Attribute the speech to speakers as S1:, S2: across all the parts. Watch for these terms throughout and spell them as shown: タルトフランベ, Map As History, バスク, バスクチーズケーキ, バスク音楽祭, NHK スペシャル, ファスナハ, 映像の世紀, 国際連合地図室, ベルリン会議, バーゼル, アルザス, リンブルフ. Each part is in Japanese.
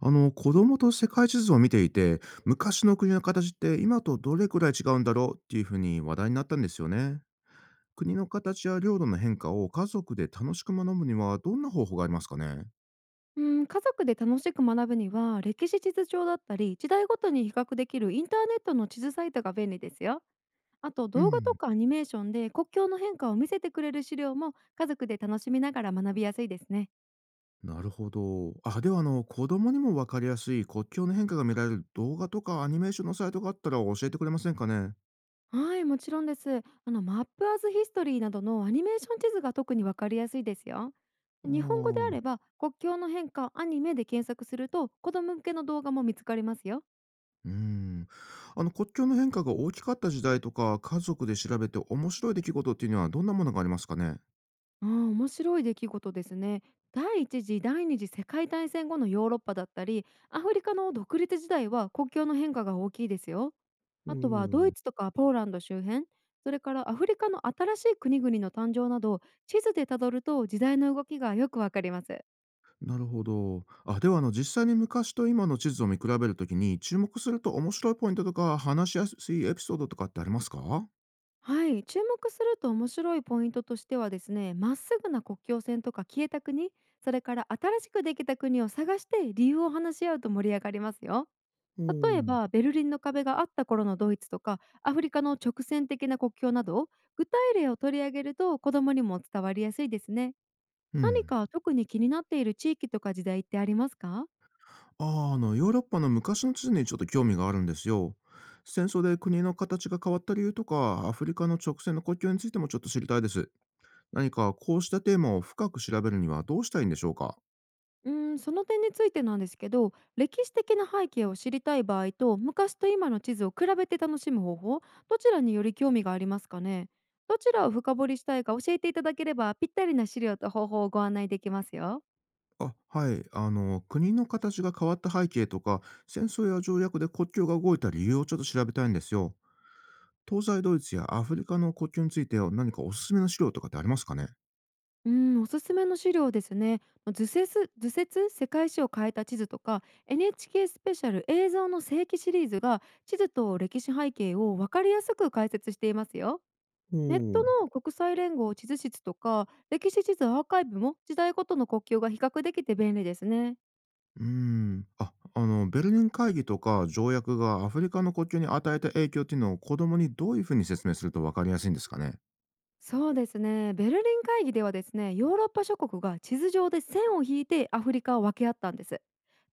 S1: 子供と世界地図を見ていて、昔の国の形って今とどれくらい違うんだろうっていうふうに話題になったんですよね。国の形や領土の変化を家族で楽しく学ぶにはどんな方法がありますかね？
S2: うん、家族で楽しく学ぶには、歴史地図帳だったり時代ごとに比較できるインターネットの地図サイトが便利ですよ。あと、
S1: う
S2: 動画と
S1: ん。
S2: かアニメーションで国境の変化を見せてくれる資料も、家族で楽しみながら学びやすいですね。
S1: なるほど。あ、では子供にもわかりやすい国境の変化が見られる動画とかアニメーションのサイトがあったら教えてくれませんかね？
S2: はい、もちろんです。マップアズヒストリーなどのアニメーション地図が特にわかりやすいですよ。
S1: あ
S2: 日本語であ
S1: ー。
S2: れば、国境の変化アニメで検索すると、子供向けの動画も見つかりますよ。
S1: うん。国境の変化が大きかった時代とか、家族で調べて面白い出来事っていうのはどんなものがありますかね？
S2: ああ、面白い出来事ですね。第一次第二次世界大戦後のヨーロッパだったり、アフリカの独立時代は、国境の変化が大きいですよ。
S1: お
S2: あとはドイ
S1: ー。
S2: ツとかポーランド周辺、それからアフリカの新しい国々の誕生など、地図でたどると時代の動きがよくわかります。
S1: なるほど。あ、では実際に昔と今の地図を見比べるときに、注目すると面白いポイントとか、話しやすいエピソードとかってありますか？
S2: はい、注目すると面白いポイントとしてはですね、まっすぐな国境線とか消えた国、それから新しくできた国を探して理由を話し合うと盛り上がりますよ。
S1: お
S2: 例え
S1: ー。
S2: ばベルリンの壁があった頃のドイツとか、アフリカの直線的な国境など、具体例を取り上げると子どもにも伝わりやすいですね。
S1: う
S2: 何
S1: ん。
S2: か特に気になっている地域とか時代ってありますか？
S1: ああ、ヨーロッパの昔の地図にちょっと興味があるんですよ。戦争で国の形が変わった理由とか、アフリカの直線の国境についてもちょっと知りたいです。何かこうしたテーマを深く調べるにはどうしたらいいんでしょうか？
S2: その点についてなんですけど、歴史的な背景を知りたい場合と、昔と今の地図を比べて楽しむ方法、どちらにより興味がありますかね？どちらを深掘りしたいか教えていただければ、ぴったりな資料と方法をご案内できますよ。
S1: あ、はい。国の形が変わった背景とか、戦争や条約で国境が動いた理由をちょっと調べたいんですよ。東西ドイツやアフリカの国境については何かおすすめの資料とかってありますかね？
S2: うん、おすすめの資料ですね。図説世界史を変えた地図とか、 NHK スペシャル映像の世紀シリーズが、地図と歴史背景を分かりやすく解説していますよ。ネッ
S1: ほ
S2: ト
S1: う。
S2: の国際連合地図室とか歴史地図アーカイブも、時代ごとの国境が比較できて便利ですね。
S1: うーん。あ、ベルリン会議とか条約がアフリカの国境に与えた影響っていうのを子供にどういうふうに説明すると分かりやすいんですかね？
S2: そうですね。ベルリン会議ではですね、ヨーロッパ諸国が地図上で線を引いてアフリカを分け合ったんです。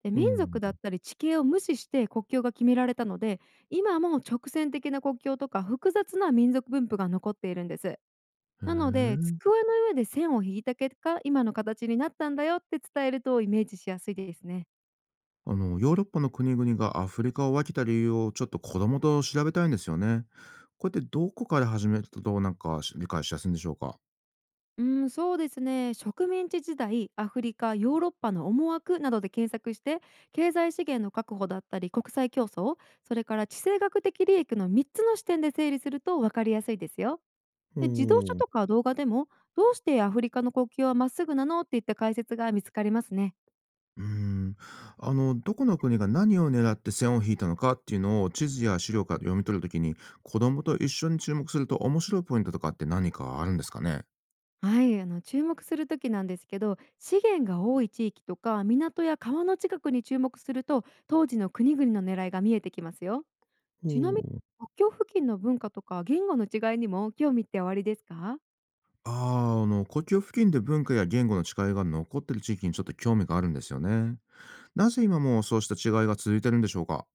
S2: で、
S1: う
S2: 民族
S1: ん。
S2: だったり地形を無視して国境が決められたので、今も直線的な国境とか複雑な民族分布が残っているんです。
S1: へ
S2: なので、
S1: え。
S2: 机の上で線を引いた結果、今の形になったんだよって伝えるとイメージしやすいですね。
S1: ヨーロッパの国々がアフリカを分けた理由をちょっと子供と調べたいんですよね。こうやってどこから始めるとなんか理解しやすいんでしょうか？
S2: うん、そうですね。植民地時代、アフリカ、ヨーロッパの思惑などで検索して、経済資源の確保だったり、国際競争、それから地政学的利益の3つの視点で整理すると分かりやすいですよ。
S1: ほ
S2: で、自動車
S1: う。
S2: とか動画でも、どうしてアフリカの国境はまっすぐなの、っていった解説が見つかりますね。
S1: うーん。どこの国が何を狙って線を引いたのかっていうのを地図や資料から読み取るときに、子供と一緒に注目すると面白いポイントとかって何かあるんですかね？
S2: はい、注目するときなんですけど、資源が多い地域とか港や川の近くに注目すると、当時の国々の狙いが見えてきますよ。
S1: ほ
S2: ちなみに、
S1: う。
S2: 国境付近の文化とか言語の違いにも興味っておありですか？
S1: ああ、国境付近で文化や言語の違いが残ってる地域にちょっと興味があるんですよね。なぜ今もそうした違いが続いてるんでしょうか？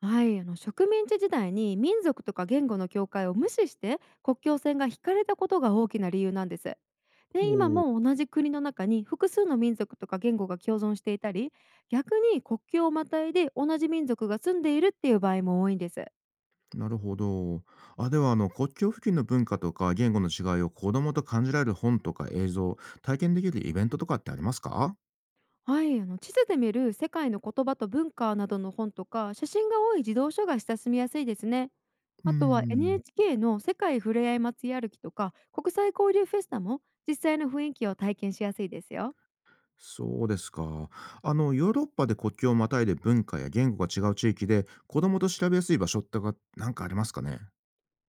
S2: はい、植民地時代に民族とか言語の境界を無視して国境線が引かれたことが大きな理由なんです。で、今
S1: ほう。
S2: も同じ国の中に複数の民族とか言語が共存していたり、逆に国境をまたいで同じ民族が住んでいるっていう場合も多いんです。
S1: なるほど。あ、では、国境付近の文化とか言語の違いを子供と感じられる本とか映像、体験できるイベントとかってありますか？
S2: はい、地図で見る世界の言葉と文化などの本とか、写真が多い児童書が親しみやすいですね。
S1: うー
S2: あとは
S1: ん。
S2: NHK の世界ふれあい祭り歩きとか国際交流フェスタも、実際の雰囲気を体験しやすいですよ。
S1: そうですか。ヨーロッパで国境をまたいで文化や言語が違う地域で、子供と調べやすい場所ってが、なんかありますかね？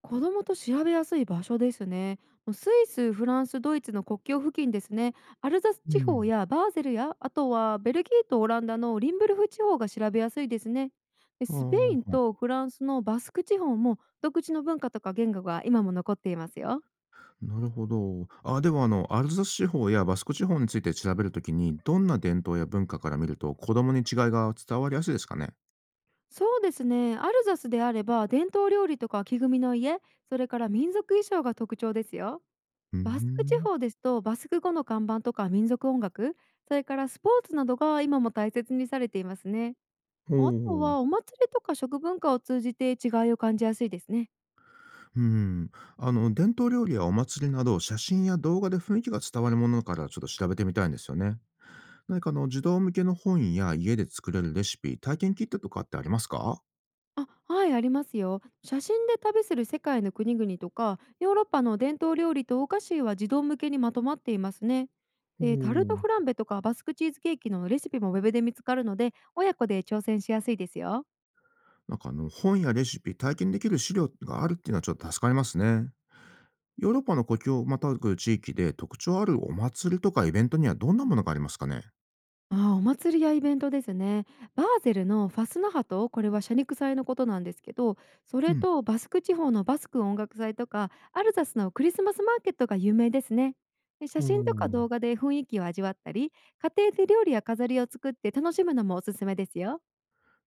S2: 子供と調べやすい場所ですね。もう、スイス、フランス、ドイツの国境付近ですね。アルザス
S1: う
S2: 地方
S1: ん。
S2: やバーゼルや、あとはベルギーとオランダのリンブルフ地方が調べやすいですね。で、
S1: あ
S2: スペイン
S1: ー。
S2: とフランスのバスク地方も、独自の文化とか言語が今も残っていますよ。
S1: なるほど。あ、では、アルザス地方やバスク地方について調べるときに、どんな伝統や文化から見ると、子供に違いが伝わりやすいですかね？
S2: そうですね。アルザスであれば、伝統料理とか木組みの家、それから民族衣装が特徴ですよ。
S1: うー
S2: バスク地
S1: ん。
S2: 方ですと、バスク語の看板とか民族音楽、それからスポーツなどが今も大切にされていますね。
S1: お
S2: あと
S1: お。
S2: はお祭りとか食文化を通じて違いを感じやすいですね。
S1: うん。伝統料理やお祭りなど、写真や動画で雰囲気が伝わるものからちょっと調べてみたいんですよね。何か児童向けの本や家で作れるレシピ、体験キットとかってありますか？
S2: あ、はい、ありますよ。写真で旅する世界の国々とか、ヨーロッパの伝統料理とお菓子は、児童向けにまとまっていますね。
S1: お
S2: で、タルト
S1: お。
S2: フランベとかバスクチーズケーキのレシピもウェブで見つかるので、親子で挑戦しやすいですよ。
S1: なんか本やレシピ、体験できる資料があるっていうのはちょっと助かりますね。ヨーロッパの国境をまたぐ地域で特徴あるお祭りとかイベントにはどんなものがありますかね？
S2: ああ、お祭りやイベントですね。バーゼルのファスナハと、これは車肉祭のことなんですけど、そ
S1: う
S2: れ
S1: ん。
S2: とバスク地方のバスク音楽祭とか、アルザスのクリスマスマーケットが有名ですね。で、
S1: お
S2: 写真とか
S1: お。
S2: 動画で雰囲気を味わったり、家庭で料理や飾りを作って楽しむのもおすすめですよ。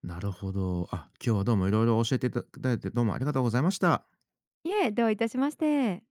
S1: なるほど。あ、今日はどうもいろいろ教えていただいてどうもありがとうございました。
S2: いえ、どういたしまして。